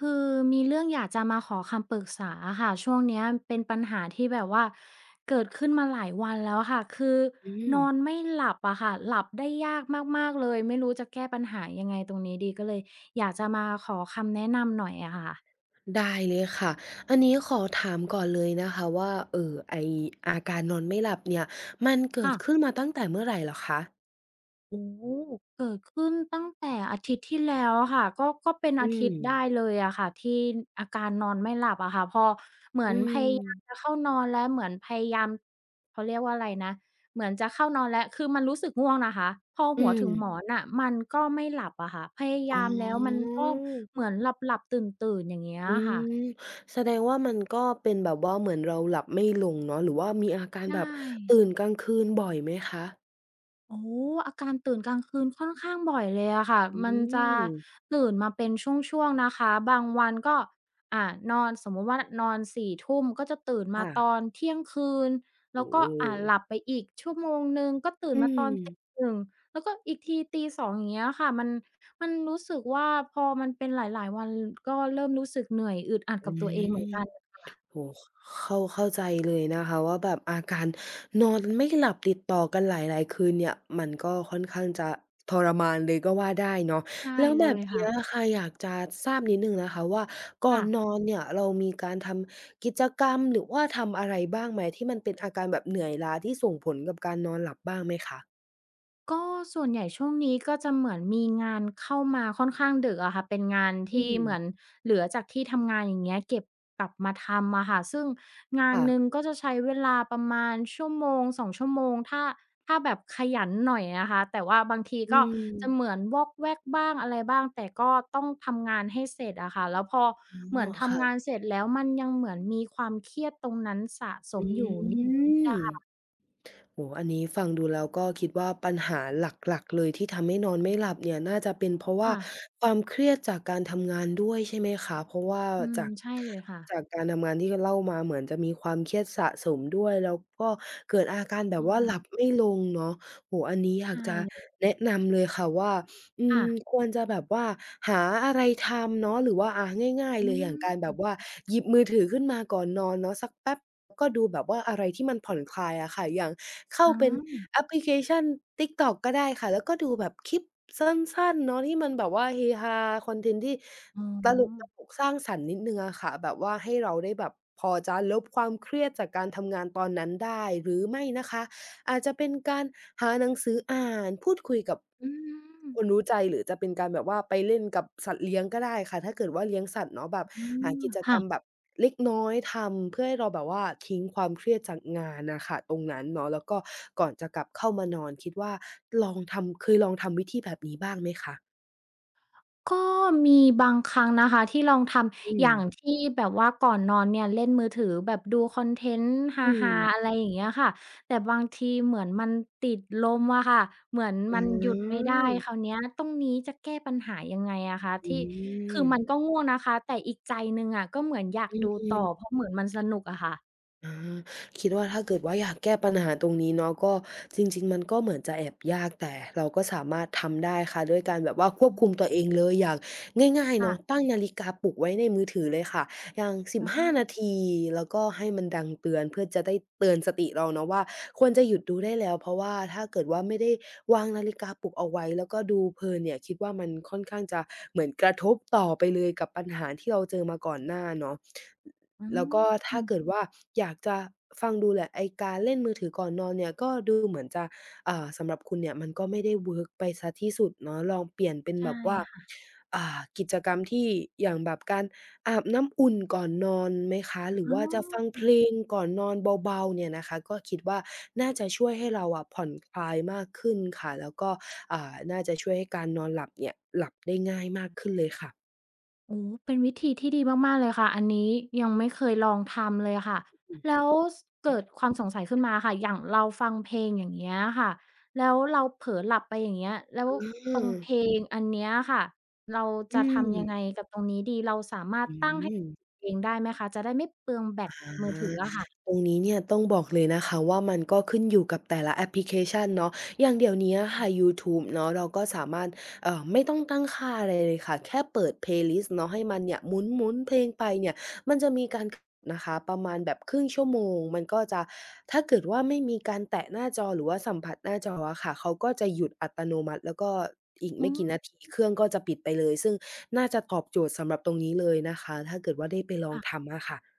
คือมีเรื่องอยากจะมาขอคำปรึกษาอะค่ะช่วงเนี้ยเป็นปัญหาที่แบบว่าเกิดขึ้นมาหลายวันแล้วค่ะคืออืมนอนไม่หลับอะค่ะหลับได้ยากมากๆเลยไม่รู้จะแก้ปัญหายังไงตรงนี้ดีก็เลยอยากจะมาขอคำแนะนำหน่อยอะค่ะได้เลยค่ะ อันนี้ขอถามก่อนเลยนะคะว่าเออไออาการนอนไม่หลับเนี่ยมันเกิดขึ้นค่ะ มาตั้งแต่เมื่อไหร่เหรอคะโอ้เกิดขึ้นตั้งแต่อาทิตย์ที่แล้วอะค่ะก็เป็นอือาทิตมย์ได้เลยอะค่ะที่อาการนอนไม่หลับอะค่ะพอเหมืออืนพมยายามจะเข้านอนแล้วเหมือนพยายามเขาเรียกว่าอะไรนะเหมือนจะเข้านอนแล้วคือมันรู้สึกง่วงนะคะพออืหัวถึงหมอมนน่ะมันก็ไม่หลับอะค่ะพยาอ๋ยามแล้วมันอก็เหมือนหลับๆตื่นๆอย่างเงี้ยอือะค่ะมแสดงว่ามันก็เป็นแบบว่าเหมือนเราหลับไม่ลงเนาะหรือว่ามีอาการแบใช่ บตื่นกลางคืนบ่อยไหมคะ โอ้อาการตื่นกลางคืนค่อนข้างบ่อยเลยอะค่ะอืมันจะม ตื่นมาเป็นช่วงๆนะคะบางวันก็นอนสมมุติว่านอน4ทุ่มก็จะตื่นมาตอค่ะนเที่ยงคืนแล้วโอ้โฮก็หลับไปอีก 1 ชั่วโมงก็ตื่นอืมาตอนตีมหนึ่งแล้วก็อีกทีตี0องอย่างเงี้ยค่ะมันรู้สึกว่าพอมันเป็นหลายๆวันก็เริ่มรู้สึกเหนื่อยอึดอัดอืกับตัวเองเหมือนม กันโอ้โฮเข้าเข้าใจเลยนะคะว่าแบบอาการนอนไม่หลับติดต่อกันหลายๆคืนเนี่ยมันก็ค่อนข้างจะทรมานเลยก็ว่าได้เนาะใช่แล้วเลแบบยเนี้ค่ะยค่ะอยากจะทราบนิดหนึ่งนะคะว่าก่อนนค่ะ อนเนี่ยเรามีการทำกิจกรรมหรือว่าทำอะไรบ้างไหมที่มันเป็นอาการแบบเหนื่อยล้าที่ส่งผลกับการนอนหลับบ้างไหมคะก็ส่วนใหญ่ช่วงนี้ก็จะเหมือนมีงานเข้ามาค่อนข้างดึกอะค่ะเป็นงานอืที่มเหมือนเหลือจากที่ทำงานอย่างเงี้ยเก็บกลับมาทำอะค่ะซึ่งงานหนึ่งค่ะก็จะใช้เวลาประมาณชั่วโมง 2 ชั่วโมงถ้าแบบขยันหน่อยนะคะแต่ว่าบางทีอืก็จะเหมมือนวอกแวกบ้างอะไรบ้างแต่ก็ต้องทำงานให้เสร็จอะค่ะแล้วพออ๋เหมือนอค่ะทำงานเสร็จแล้วมันยังเหมือนมีความเครียดตรงนั้นสะสอืมอยู่นิดๆม อะโอ้โอันนี้ฟังดูแล้วก็คิดว่าปัญหาหลักๆเลยที่ทำให้นอนไม่หลับเนี่ยน่าจะเป็นเพราะว่าค่ะความเครียดจากการทำงานด้วยใช่ไหมคะเพราะว่าอืมจากใช่เลยค่ะจากการทำงานที่เล่ามาเหมือนจะมีความเครียดสะสมด้วยแล้วก็เกิดอาการแบบใช่ว่าหลับไม่ลงเนาะโอ้โฮอันนี้อใชยากจะ่ แนะนำเลยค่ะว่าอืค่ะมควรจะแบบว่าหาอะไรทำเนาะหรือว่าง่ายๆอืเลยอย่างการแบมบว่าหยิบมือถือขึ้นมาก่อนนอนเนาะสักแป๊บก็ดูแบบว่าอะไรที่มันผ่อนคลายอะค่ะอย่าง เข้าอ๋เป็นอแอปพลิเคชัน TikTok ก็ได้ค่ะแล้วก็ดูแบบคลิปสั้นๆเนาะที่มันแบบว่าเฮฮาคอนเทนต์ที่อ๋ตลอกๆสร้างสรรค์นิดหนึ่งอะค่ะแบบว่าให้เราได้แบบพอจะลบความเครียดจากการทำงานตอนนั้นได้หรือไม่นะคะ อาจจะเป็นการหาหนังสืออ่านพูดคุยกับอืมคนรู้ใจหรือจะเป็นการแบบว่าไปเล่นกับสัตว์เลี้ยงก็ได้ค่ะถ้าเกิดว่าเลี้ยงสัตว์เนาะแบบอหามกิจกรค่ะรมแบบเล็กน้อยทำเพื่อให้เราแบบว่าทิ้งความเครียดจากงานน่ะค่ะตรงนั้นเนาะแล้วก็ก่อนจะกลับเข้ามานอนคิดว่าลองทำเคยลองทำวิธีแบบนี้บ้างไหมคะก็มีบางครั้งนะคะที่ลองทำอือมย่างที่แบบว่าก่อนนอนเนี่ยเล่นมือถือแบบดูคอนเทนต์ฮอืมาๆอะไรอย่างเงี้ยค่ะแต่บางทีเหมือนมันติดลมอะค่ะเหมือนอ๋มันหยุดไม่อได้คราวเนี้ยตรงนี้จะแก้ปัญหายังไงอะคะอืที่คืมอมันก็ง่วงนะคะแต่อีกใจหนึ่งอะก็เหมือนอยากอดูต่อืม เพราะเหมือนมันสนุกอะค่ะอาคิดว่าถ้าเกิดว่าอยากแก้ปัญหาตรงนี้เนาะก็จริงๆมันก็เหมือนจะแอบยากแต่เราก็สามารถทำได้ค่ะด้วยการแบบว่าควบอืคุมมตัวเองเลยอย่างง่ายๆเนาะค่ะตั้งนาฬิกาปลุกไว้ในมือถือเลยค่ะอย่างอือฮึ15นาทีแล้วก็ให้มันดังเตือนเพื่อจะได้เตือนสติเราเนาะว่าควรจะหยุดดูได้แล้วเพราะว่าถ้าเกิดว่าไม่ได้วางนาฬิกาปลุกเอาไว้แล้วก็ดูเพลินเนี่ยคิดว่ามันค่อนข้างจะเหมือนกระทบต่อไปเลยกับปัญหาที่เราเจอมาก่อนหน้าเนาะ อืแล้วก็ถ้ามเกิดว่าอยากจะฟังดูแหละไอ้การเล่นมือถือก่อนนอนเนี่ยก็ดูเหมือนจะสำหรับคุณเนี่ยมันก็ไม่ได้เวิร์กไปเสียที่สุดเนาะลองเปลี่ยนเป็นใชแบบว่า่ กิจกรรมที่อย่างแบบการอาบน้ำอุ่นก่อนนอนไหมคะหรืออ๋ว่าจะฟังอเพลงก่อนนอนเบาๆเนี่ยนะคะก็คิดว่าน่าจะช่วยให้เราอะผ่อนคลายมากขึ้นค่ะแล้วก็น่าจะช่วยให้การนอนหลับเนี่ยหลับได้ง่ายมากขึ้นเลยค่ะโอ้เป็นวิธีที่ดีมากๆเลยค่ะ อันนี้ยังไม่เคยลองทำเลยค่ะ แล้วสเกิดความสงสัยขึ้นมาค่ะ อย่างเราฟังเพลงอย่างเงี้ยค่ะ แล้วเราเผลอหลับไปอย่างเงี้ยแล้วอืตรมงเพลงอันเนี้ยค่ะเราอืจะมทำยังไงกับตรงนี้ดี เราสามารถอืมตั้งอืให้ม เองได้ไหมคะจะได้ไม่เปลืองแบอตมือถืาออะค่ะตรงนี้เนี่ยต้องบอกเลยนะคะว่ามันก็ขึ้นอยู่กับแต่ละแอปพลิเคชันเนาะอย่างเดี๋ยวเนี้ยค่ะยูทูบเนาะเราก็สามารถไม่ต้องตั้งค่าอะไรเลยค่ะแค่เปิด playlist เนาะให้มันเนี่ยหมุนๆเพลงไปเนี่ยมันจะมีการนะคะประมาณแบบครึ่งชั่วโมงมันก็จะถ้าเกิดว่าไม่มีการแตะหน้าจอหรือว่าสัมผัสหน้าจออะค่ะเขาก็จะหยุดอัตโนมัติแล้วก็อีกอืไม่มกี่นาทีเครื่องก็จะปิดไปเลยซึ่งน่าจะตอบโจทย์สำหรับตรงนี้เลยนะคะถ้าเกิดว่าได้ไปลองค่ะ ทำอะค่ะ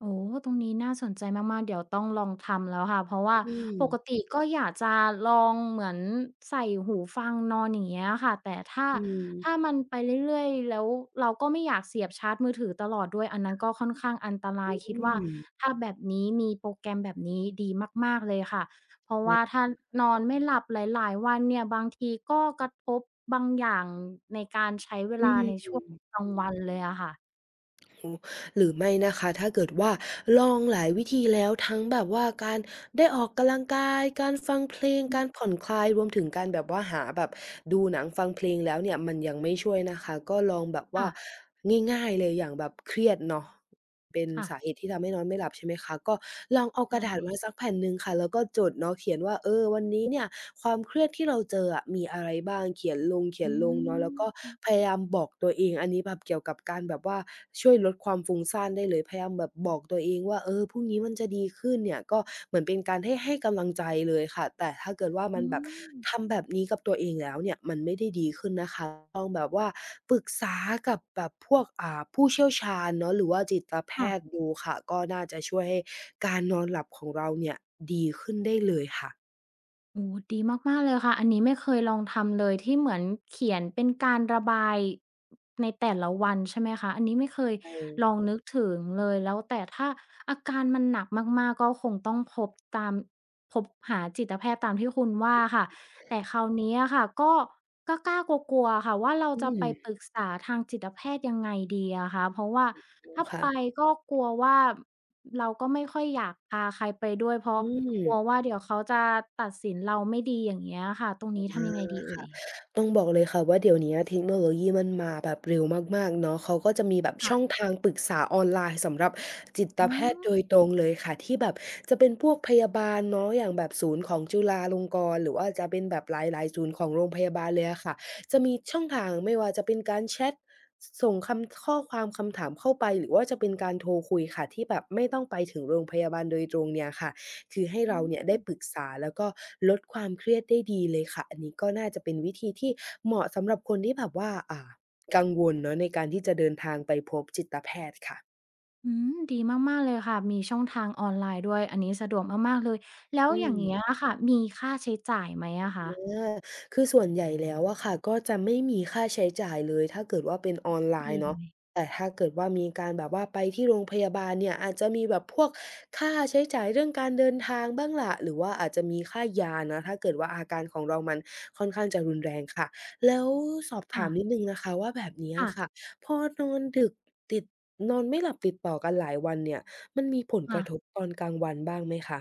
โอ้ตรงนี้น่าสนใจมากๆเดี๋ยวต้องลองทำแล้วค่ะเพราะว่าอืปกม ติก็อยากจะลองเหมือนใส่หูฟังนอนอย่างเงี้ยค่ะแต่ถ้าอืมถ้ามันไปเรื่อยๆแล้วเราก็ไม่อยากเสียบชาร์จมือถือตลอดด้วยอันนั้นก็ค่อนข้างอันตรายคิอืดว่ามถ้าแบบนี้มีโปรแกรมแบบนี้ดีมากๆเลยค่ะเพราะใช่ว่าถ้านอนไม่หลับหลายๆวันเนี่ยบางทีก็กระทบบางอย่างในการใช้เวอืลาในมช่วงกลางวันเลยอะค่ะโอ้หรือไม่นะคะถ้าเกิดว่าลองหลายวิธีแล้วทั้งแบบว่าการได้ออกกำลังกายการฟังเพลงการผ่อนคลายรวมถึงการแบบว่าหาแบบดูหนังฟังเพลงแล้วเนี่ยมันยังไม่ช่วยนะคะก็ลองแบบว่าคง่ายๆเลยอย่างแบบเครียดเนาะ เป็น่ะๆสาเหตุที่ทำให้นอนไม่หลับใช่ไหมคะก็ลองเอากระใช่ ดาษมาสักแผ่นหนึ่งค่ะแล้วก็จดเนาะเขียนว่าเออวันนี้เนี่ยความเครียดที่เราเจออะมีอะไรบ้างเขียนลงอืเนาะแล้วก็มพยายามบอกตัวเองอันนี้แบบเกี่ยวกับการแบบว่าช่วยลดความฟุ้งซ่านได้เลยพยายามแบบบอกตัวเองว่าเออพรุ่งนี้มันจะดีขึ้นเนี่ยก็เหมือนเป็นการให้กำลังใจเลยค่ะแต่ถ้าเกิดว่ามัอืนแบบมทำแบบนี้กับตัวเองแล้วเนี่ยมันไม่ได้ดีขึ้นนะคะต้องแบบว่าปรึกษากับแบบพวกผู้เชี่ยวชาญเนาะหรือว่าจิตแพค่ะทย์ดูค่ะก็น่าจะช่วยให้การนอนหลับของเราเนี่ยดีขึ้นได้เลยค่ะโอ้ดีมากๆเลยค่ะอันนี้ไม่เคยลองทำเลยที่เหมือนเขียนเป็นการระบายในแต่ละวันใช่ไหมคะอันนี้ไม่เคยใช่ลองนึกถึงเลยแล้วแต่ถ้าอาการมันหนักมากๆก็คงต้องตามพบหาจิตแพทย์ตามที่คุณว่าค่ะแต่คราวนี้อะค่ะก็กล้าๆกลัวๆค่ะว่าเราอืจะไปมปรึกษาทางจิตแพทย์ยังไงดีอะคะเพราะว่าถ้าค่ะไปก็กลัวว่า เราก็ไม่ค่อยอยากพาใครไปด้วยเพราะอืม กลัวว่าเดี๋ยวเขาจะตัดสินเราไม่ดีอย่างเงี้ยค่ะตรงอนี้าทำยังไงดีเอ่ค่ะยต้องบอกเลยค่ะว่าเดี๋ยวเนี้ยเทคโนโลยีมันมาแบบเร็วมากๆเนาะเขาก็จะมีแบบช่องค่ะทางปรึกษาออนไลน์สำหรับจิตอ๋แพทย์โดยอตรงเลยค่ะที่แบบจะเป็นพวกพยาบาลเนาะอย่างแบบศูนย์ของจุฬาลงกรณ์หรือว่าจะเป็นแบบหลายๆศูนย์ของโรงพยาบาลเลยอะค่ะจะมีช่องทางไม่ว่าจะเป็นการแชตส่งคำข้อความคำถามเข้าไปหรือว่าจะเป็นการโทรคุยค่ะที่แบบไม่ต้องไปถึงโรงพยาบาลโดยตรงเนี่ยค่ะ คือให้อืเราเนี่ยมได้ปรึกษาแล้วก็ลดความเครียดได้ดีเลยค่ะอันนี้ก็น่าจะเป็นวิธีที่เหมาะสำหรับคนที่แบบว่ากังวลเนาะในการที่จะเดินทางไปพบจิตแพทย์ค่ะอืมดีมากๆเลยค่ะมีช่องทางออนไลน์ด้วยอันนี้สะดวกมากๆเลยแล้วอือย่าม งเงี้ยค่ะมีค่าใช้จ่ายไหมอะอคะาคือส่วนใหญ่แล้วอะค่ะก็จะไม่มีค่าใช้จ่ายเลยถ้าเกิดว่าเป็นออนไลดีน์เลเนาะยแต่ถ้าเกิดว่ามีการแบบว่าไปที่โรงพยาบาลเนี่ยอาจจะมีแบบพวกค่าใช้จ่ายเรื่องการเดินทางบ้างล่ะหรือว่าอาจจะมีค่ายานะถ้าเกิดว่าอาการของเรามันค่อนข้างจะรุนแรงค่ะแล้วสอบถามนิดค่ะหนึ่งนะคะว่าแบบเนี้ยค่ะค่ะพอนอนดึกติดนอนไม่หลับติดต่อกันหลายวันเนี่ยมันมีผลกค่ะ ระทบตอนกลางวันบ้างไหมคะ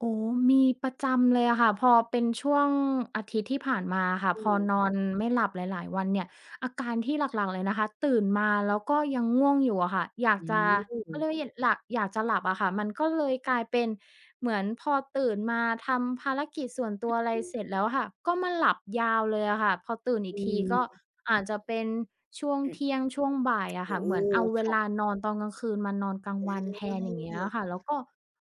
โอ้มีประจำเลยอะค่ะ พอเป็นช่วงอาทิตย์ที่ผ่านมาค่ะ อืพอนมอนไม่หลับหลายๆวันเนี่ยอาการที่หลักๆเลยนะคะตื่นมาแล้วก็ยังง่วงอยู่อะค่ะอยากอืจะเขาเรียกว่ามอยากจะหลับอะค่ะมันก็เลยกลายเป็น เหมือนพอตื่นมาทำภารกิจส่วนตัวอะไรเสร็จแล้วอะค่ะก็มาหลับยาวเลยอะค่ะพอตื่นอีกอทีก็อาจจะเป็นช่วงืม เที่ยงช่วงบ่ายอะโอ้ค่ะเหมือนเอาเวลาค่ะนอนตอนกลางคืนมานอนกลางวันอแทนอย่างเงี้ยอะาค่ะแล้วก็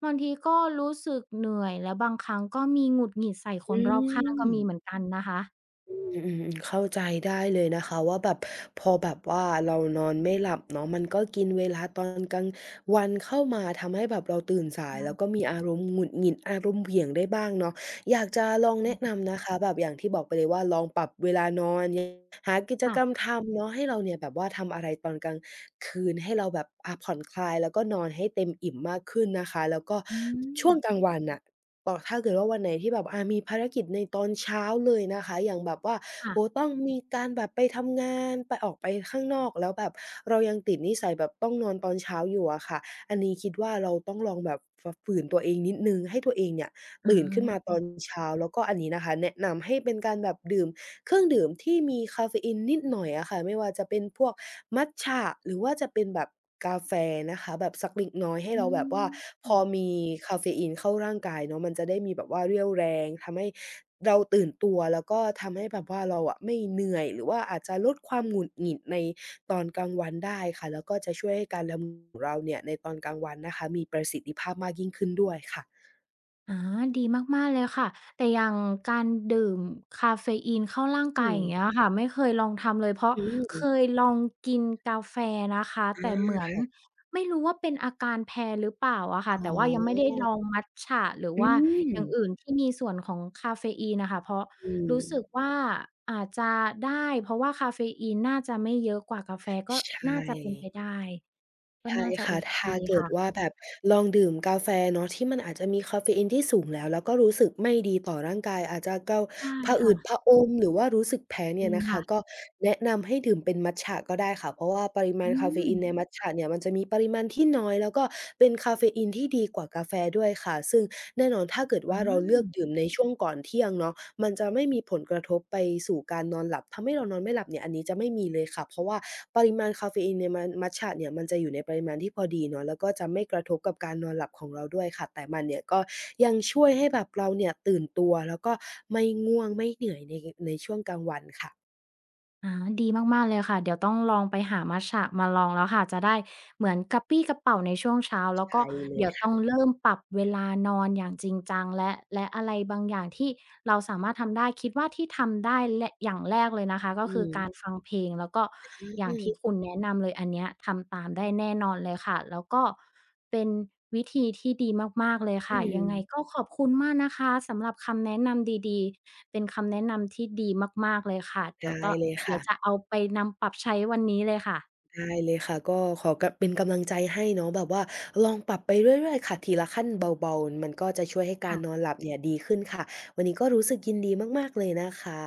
บางทีก็รู้สึกเหนื่อยแล้วบางครั้งก็มีหงุดหงิดใส่คนอืรอบข้างก็มีเหมมือนกันนะคะอืมเข้าใจได้เลยนะคะว่าแบบพอแบบว่าเรานอนไม่หลับเนาะมันก็กินเวลาตอนกลางวันเข้ามาทำให้แบบเราตื่นสายแล้วก็มีอารมณ์หงุดหงิดอารมณ์เหวี่ยงได้บ้างเนาะอยากจะลองแนะนำนะคะแบบอย่างที่บอกไปเลยว่าลองปรับเวลานอนยหากิจค่ะกรรมทำเนาะให้เราเนี่ยแบบว่าทำอะไรตอนกลางคืนให้เราแบบผ่อนคลายแล้วก็นอนให้เต็มอิ่มมากขึ้นนะคะแล้วก็อืมช่วงกลางวันน่ะ ก็ถ้าเกิดว่าวันไหนที่แบบมีภารกิจในตอนเช้าเลยนะคะอย่างแบบว่าโอ้โฮค่ะต้องมีการแบบไปทำงานไปออกไปข้างนอกแล้วแบบเรายังติดนิสัยแบบต้องนอนตอนเช้าอยู่อะค่ะอันนี้คิดว่าเราต้องลองแบบฝืนตัวเองนิดหนึ่งให้ตัวเองเนี่ยอ๋ตื่นขึ้นมาอตอนเช้าแล้วก็อันนี้นะคะแนะนำให้เป็นการแบบดื่ม เครื่องดื่มที่มีคาเฟอีนนิดหน่อยอะค่ะไม่ว่าจะเป็นพวกมัตจะหรือว่าจะเป็นแบบกาแฟนะคะแบบสักเล็กน้อยให้อืเราแบบว่าพอม มีคาเฟอีนเข้าร่างกายเนาะมันจะได้มีแบบว่าเรี่ยวแรงทำให้เราตื่นตัวแล้วก็ทำให้แบบว่าเราอะไม่เหนื่อยหรือว่าอาจจะลดความหงุดหงิดในตอนกลางวันได้ค่ะแล้วก็จะช่วยให้การทำงานของเราเนี่ยในตอนกลางวันนะคะมีประสิทธิภาพมากยิ่งขึ้นด้วยค่ะอาดีมากๆเลยค่ะ แต่อย่างการดื่มคาเฟอีนเข้าร่างอืกายอย่างเงี้มยค่ะไม่เคยลองทำเลยเพราะอืเคยมลองกินกาแฟนะคะ อาแต่เหมือนค่ะไม่รู้ว่าเป็นอาการแพ้หรือเปล่าอะค่ะอ๋แต่ว่ายังไม่ได้อลองมัทฉะหรืออืว่ามอย่างอื่นที่มีส่วนของคาเฟอีนนะคะเพราะอืม รู้สึกว่าอาจจะได้เพราะว่าคาเฟอีนน่าจะไม่เยอะกว่ากาแฟก็ใช่น่าจะเป็นไปได้ก็ใช่น่าจะโอค่ะเคถ้าเกิดค่ะว่าแบบลองดื่มกาแฟเนาะที่มันอาจจะมีกาเฟอีนที่สูงแล้วแล้วก็รู้สึกไม่ดีต่อร่างกายอาจจะเกาใช่ผะอืดค่ะผะอมหรือว่ารู้สึกแพ้จเนี่ริยงนะคะค่ะก็แนะนำให้ดื่มเป็นมัตจะก็ได้ค่ะเพราะว่าปริมาอืณกาเฟม อีนในมัตจะเนี่ยมันจะมีปริมาณที่น้อยแล้วก็เป็นกาเฟอีนที่ดีกว่ากาแฟด้วยค่ะซึ่งแน่นอนถ้า เกิดว่าเราเลือกดื่มในช่วงก่อนเที่ยงเนาะมันจะไม่มีผลกระทบไปสู่การนอนหลับทำให้เรานอนไม่หลับเนี่ยอันนี้จะไม่มีเลยค่ะเพราะว่าปริมาณกาเฟอีนในมัตจะเนี่ยมันจะอยู่ในปริมาณที่พอดีเนาะแล้วก็จะไม่กระทบกับการนอนหลับของเราด้วยค่ะแต่มันเนี่ยก็ยังช่วยให้แบบเราเนี่ยตื่นตัวแล้วก็ไม่ง่วงไม่เหนื่อยในช่วงกลางวันค่ะอาดีมากๆเลยค่ะเดี๋ยวต้องลองไปหามัตจะมาลองแล้วค่ะจะได้ เหมือนกระปรี้กระเปร่าในช่วงเช้าแล้วก็ใช่เลเดี๋ยยวต้ค่ะองเริ่มปรับเวลานอนอย่างจริงจังและอะไรบางอย่างที่เราสามารถทำได้คิดว่าที่ทำได้และอย่างแรกเลยนะคะก็อืคือมการฟังเพลงแล้วก็อย่าอืงมที่คุณแนะนำเลยอันเนี้ยทำตามได้แน่นอนเลยค่ะแล้วก็เป็นวิธีที่ดีมากๆเลยอืค่ะมยังไงก็ขอบคุณมากนะคะสำหรับคำแนะนำดีๆเป็นคำแนะนำที่ดีมากๆเลยค่ะได้เลยเดี๋ยค่ะ วจะเอาไปนำปรับใช้วันนี้เลยค่ะได้เลยค่ะก็ขอกะเป็นกำลังใจให้เนาะแบบว่าลองปรับไปเรื่อยๆค่ะทีละขั้นเบาๆมันก็จะช่วยให้การนอค่ะนหลับเนี่ยดีขึ้นค่ะวันนี้ก็รู้สึกยินดีมากๆเลยนะคะ